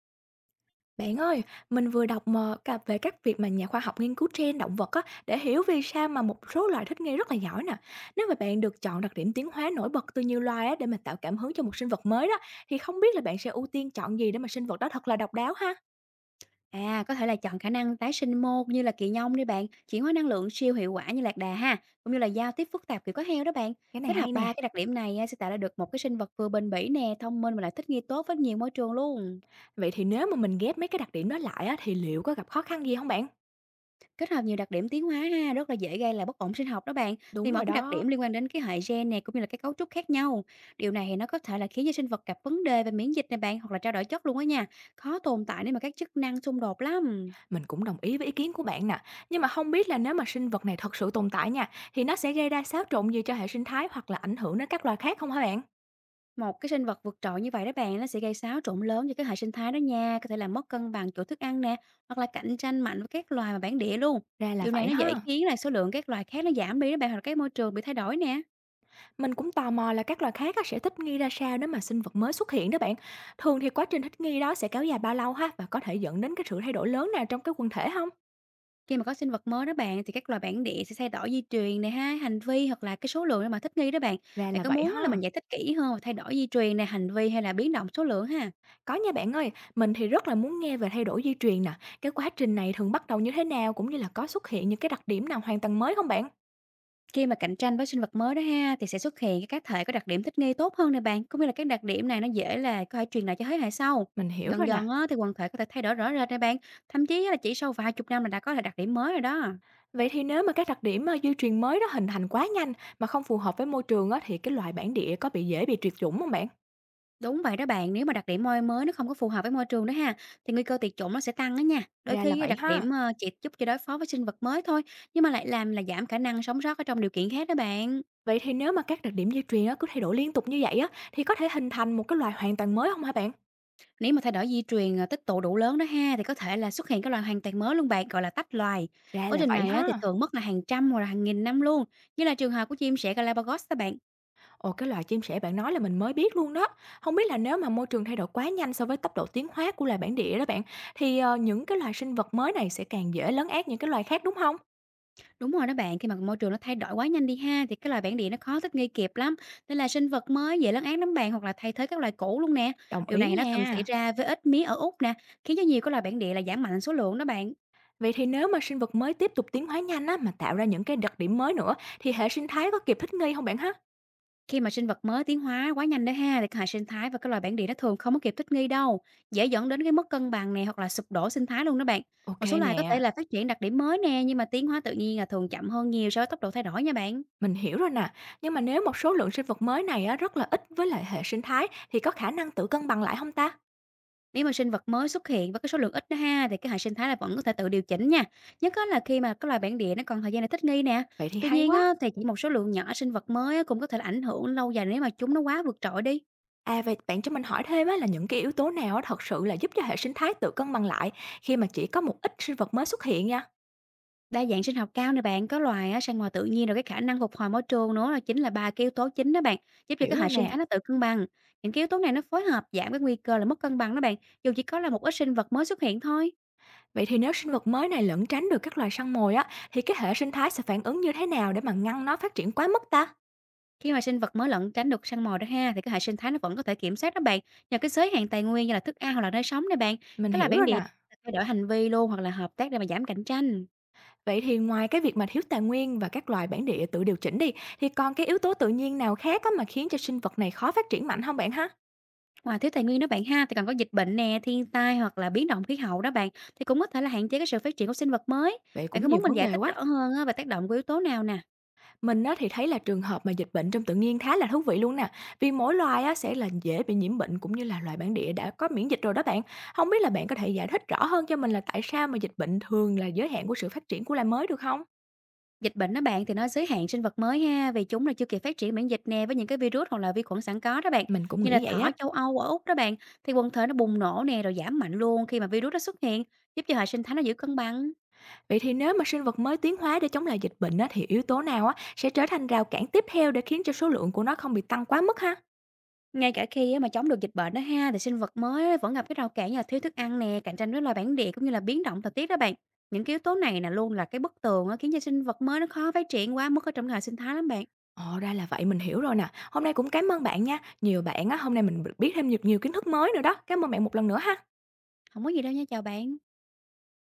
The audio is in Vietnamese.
Bạn ơi, mình vừa đọc mà cả về các việc mà nhà khoa học nghiên cứu gen động vật á để hiểu vì sao mà một số loài thích nghi rất là giỏi nè. Nếu mà bạn được chọn đặc điểm tiến hóa nổi bật từ nhiều loài á để mà tạo cảm hứng cho một sinh vật mới đó thì không biết là bạn sẽ ưu tiên chọn gì để mà sinh vật đó thật là độc đáo ha? À, có thể là chọn khả năng tái sinh mô như là kỳ nhông đi bạn, chuyển hóa năng lượng siêu hiệu quả như lạc đà ha, cũng như là giao tiếp phức tạp kiểu có heo đó bạn. Cái này Kết hay hợp ba nè. cái đặc điểm này á, sẽ tạo ra được một cái sinh vật vừa bền bỉ nè, thông minh và lại thích nghi tốt với nhiều môi trường luôn. Vậy thì nếu mà mình ghép mấy cái đặc điểm đó lại á thì liệu có gặp khó khăn gì không bạn? Kết hợp nhiều đặc điểm tiến hóa ha, rất là dễ gây là bất ổn sinh học đó bạn. Đúng Thì mỗi rồi cái đặc đó, điểm liên quan đến cái hệ gen này cũng như là cái cấu trúc khác nhau. Điều này thì nó có thể là khiến cho sinh vật gặp vấn đề về miễn dịch này bạn, hoặc là trao đổi chất luôn á nha. Khó tồn tại nếu mà các chức năng xung đột lắm. mình cũng đồng ý với ý kiến của bạn nè. Nhưng mà không biết là nếu mà sinh vật này thật sự tồn tại nha, thì nó sẽ gây ra xáo trộn gì cho hệ sinh thái hoặc là ảnh hưởng đến các loài khác không hả bạn? Một cái sinh vật vượt trội như vậy đó bạn, nó sẽ gây xáo trộn lớn cho cái hệ sinh thái đó nha, có thể làm mất cân bằng chỗ thức ăn nè, hoặc là cạnh tranh mạnh với các loài mà bản địa luôn. Ra là Điều này vậy nó dễ ha. khiến là số lượng các loài khác nó giảm đi đó bạn, hoặc là cái môi trường bị thay đổi nè. Mình cũng tò mò là các loài khác á, sẽ thích nghi ra sao nếu mà sinh vật mới xuất hiện đó bạn. Thường thì quá trình thích nghi đó sẽ kéo dài bao lâu ha và có thể dẫn đến cái sự thay đổi lớn nào trong cái quần thể không? Khi mà có sinh vật mới đó bạn, thì các loài bản địa sẽ thay đổi di truyền này ha, hành vi hoặc là cái số lượng để mà thích nghi đó bạn. Ra Bạn là có vậy muốn á là ha. mình giải thích kỹ hơn về thay đổi di truyền này, hành vi hay là biến động số lượng ha? Có nha bạn ơi, mình thì rất là muốn nghe về thay đổi di truyền nè. Cái quá trình này thường bắt đầu như thế nào cũng như là có xuất hiện những cái đặc điểm nào hoàn toàn mới không bạn? Khi mà cạnh tranh với sinh vật mới đó ha, thì sẽ xuất hiện cái cá thể có đặc điểm thích nghi tốt hơn nè bạn, cũng như là các đặc điểm này nó dễ là có thể truyền lại cho thế hệ sau. Mình hiểu rồi Dần nè. dần á, thì quần thể có thể thay đổi rõ rệt nè bạn, thậm chí á là chỉ sau vài chục năm là đã có là đặc điểm mới rồi đó. Vậy thì nếu mà các đặc điểm di truyền mới đó hình thành quá nhanh mà không phù hợp với môi trường á, thì cái loài bản địa có bị dễ bị tuyệt chủng không bạn? Đúng vậy đó bạn, nếu mà đặc điểm môi mới nó không có phù hợp với môi trường đó ha, thì nguy cơ tuyệt chủng nó sẽ tăng đó nha. Đôi Ra là khi vậy đặc ha. điểm chỉ giúp cho đối phó với sinh vật mới thôi, nhưng mà lại làm là giảm khả năng sống sót ở trong điều kiện khác đó bạn. Vậy thì nếu mà các đặc điểm di truyền á, cứ thay đổi liên tục như vậy á, thì có thể hình thành một cái loài hoàn toàn mới không hả bạn? Nếu mà thay đổi di truyền, à, tích tụ đủ lớn đó ha, thì có thể là xuất hiện cái loài hoàn toàn mới luôn bạn, gọi là tách loài. Ra Quá là trình vậy này á, thì ha. thường mất là hàng trăm hoặc là hàng nghìn năm luôn, như là trường hợp của chim sẻ Galapagos đó bạn. Ồ, cái loài chim sẻ bạn nói là mình mới biết luôn đó. Không biết là nếu mà môi trường thay đổi quá nhanh so với tốc độ tiến hóa của loài bản địa đó bạn, thì, những cái loài sinh vật mới này sẽ càng dễ lấn át những cái loài khác, đúng không? Đúng rồi đó bạn, khi mà môi trường nó thay đổi quá nhanh đi ha, thì cái loài bản địa nó khó thích nghi kịp lắm. Nên là sinh vật mới dễ lấn át lắm bạn, hoặc là thay thế các loài cũ luôn nè. Đồng Điều ý này nó từng xảy nha. ra với ếch mía ở Úc nè, khiến cho nhiều cái loài bản địa là giảm mạnh số lượng đó bạn. Vậy thì nếu mà sinh vật mới tiếp tục tiến hóa nhanh á, mà tạo ra những cái đặc điểm mới nữa, thì hệ sinh thái có kịp thích nghi không bạn ha? Khi mà sinh vật mới tiến hóa quá nhanh đó ha, thì hệ sinh thái và các loài bản địa nó thường không có kịp thích nghi đâu, dễ dẫn đến cái mất cân bằng này, hoặc là sụp đổ sinh thái luôn đó bạn. OK Một số loài có thể nè. là phát triển đặc điểm mới nè, nhưng mà tiến hóa tự nhiên là thường chậm hơn nhiều so với tốc độ thay đổi nha bạn. Mình hiểu rồi nè, nhưng mà nếu một số lượng sinh vật mới này á, rất là ít với lại hệ sinh thái thì có khả năng tự cân bằng lại không ta? Nếu mà sinh vật mới xuất hiện với cái số lượng ít đó ha, thì cái hệ sinh thái là vẫn có thể tự điều chỉnh nha. Nhất á là khi mà các loài bản địa nó còn thời gian để thích nghi nè. Vậy thì Tuy hay nhiên quá. á, thì chỉ một số lượng nhỏ sinh vật mới á cũng có thể là ảnh hưởng lâu dài, nếu mà chúng nó quá vượt trội đi. À vậy bạn cho mình hỏi thêm á, là những cái yếu tố nào á, thật sự là giúp cho hệ sinh thái tự cân bằng lại khi mà chỉ có một ít sinh vật mới xuất hiện nha. Đa dạng sinh học cao nè bạn, có loài á, sang ngoài tự nhiên, rồi cái khả năng phục hồi môi trường nữa, là chính là ba cái yếu tố chính đó bạn, giúp cho Hiểu cái rồi hệ sinh nè. thái nó tự cân bằng. Những cái yếu tố này nó phối hợp giảm cái nguy cơ là mất cân bằng đó bạn, dù chỉ có là một ít sinh vật mới xuất hiện thôi. Vậy thì nếu sinh vật mới này lẩn tránh được các loài săn mồi á thì cái hệ sinh thái sẽ phản ứng như thế nào để mà ngăn nó phát triển quá mức ta? Khi mà sinh vật mới lẫn tránh được săn mồi đó ha, thì cái hệ sinh thái nó vẫn có thể kiểm soát đó bạn, nhờ cái giới hạn tài nguyên như là thức ăn, hoặc là nơi sống nè bạn. Mình Cái là hiểu bản rồi địa nè. thay đổi hành vi luôn, hoặc là hợp tác để mà giảm cạnh tranh. Vậy thì ngoài cái việc mà thiếu tài nguyên và các loài bản địa tự điều chỉnh đi, thì còn cái yếu tố tự nhiên nào khác á mà khiến cho sinh vật này khó phát triển mạnh không bạn ha? Ngoài thiếu tài nguyên đó bạn ha, thì còn có dịch bệnh nè, thiên tai hoặc là biến động khí hậu đó bạn, thì cũng có thể là hạn chế cái sự phát triển của sinh vật mới. Vậy Bạn cũng có nhiều muốn mình vấn giải đề thích quá. rõ hơn á, về tác động của yếu tố nào nè? Mình á thì thấy là trường hợp mà dịch bệnh trong tự nhiên khá là thú vị luôn nè, vì mỗi loài á sẽ là dễ bị nhiễm bệnh cũng như là loài bản địa đã có miễn dịch rồi đó bạn. Không biết là bạn có thể giải thích rõ hơn cho mình là tại sao mà dịch bệnh thường là giới hạn của sự phát triển của loài mới được không? Dịch bệnh đó bạn thì nó giới hạn sinh vật mới ha, vì chúng là chưa kịp phát triển miễn dịch nè, với những cái virus hoặc là vi khuẩn sẵn có đó bạn. Mình cũng Như nghĩ là vậy thỏ á. châu Âu ở Úc đó bạn, thì quần thể nó bùng nổ nè, rồi giảm mạnh luôn khi mà virus nó xuất hiện, giúp cho hệ sinh thái nó giữ cân bằng. Vậy thì nếu mà sinh vật mới tiến hóa để chống lại dịch bệnh á, thì yếu tố nào á, sẽ trở thành rào cản tiếp theo để khiến cho số lượng của nó không bị tăng quá mức ha? Ngay cả khi á mà chống được dịch bệnh đó ha, thì sinh vật mới á vẫn gặp cái rào cản như là thiếu thức ăn nè, cạnh tranh với loài bản địa, cũng như là biến động thời tiết đó bạn. Những cái yếu tố này là luôn là cái bất tường á, khiến cho sinh vật mới nó khó phát triển quá mức ở trong hệ sinh thái lắm bạn. Ồ, ra là vậy, mình hiểu rồi nè. Hôm nay cũng cảm ơn bạn nha. Nhiều bạn á, hôm nay mình biết thêm nhiều, nhiều kiến thức mới nữa đó. Cảm ơn bạn một lần nữa ha. Không có gì đâu nha, chào bạn.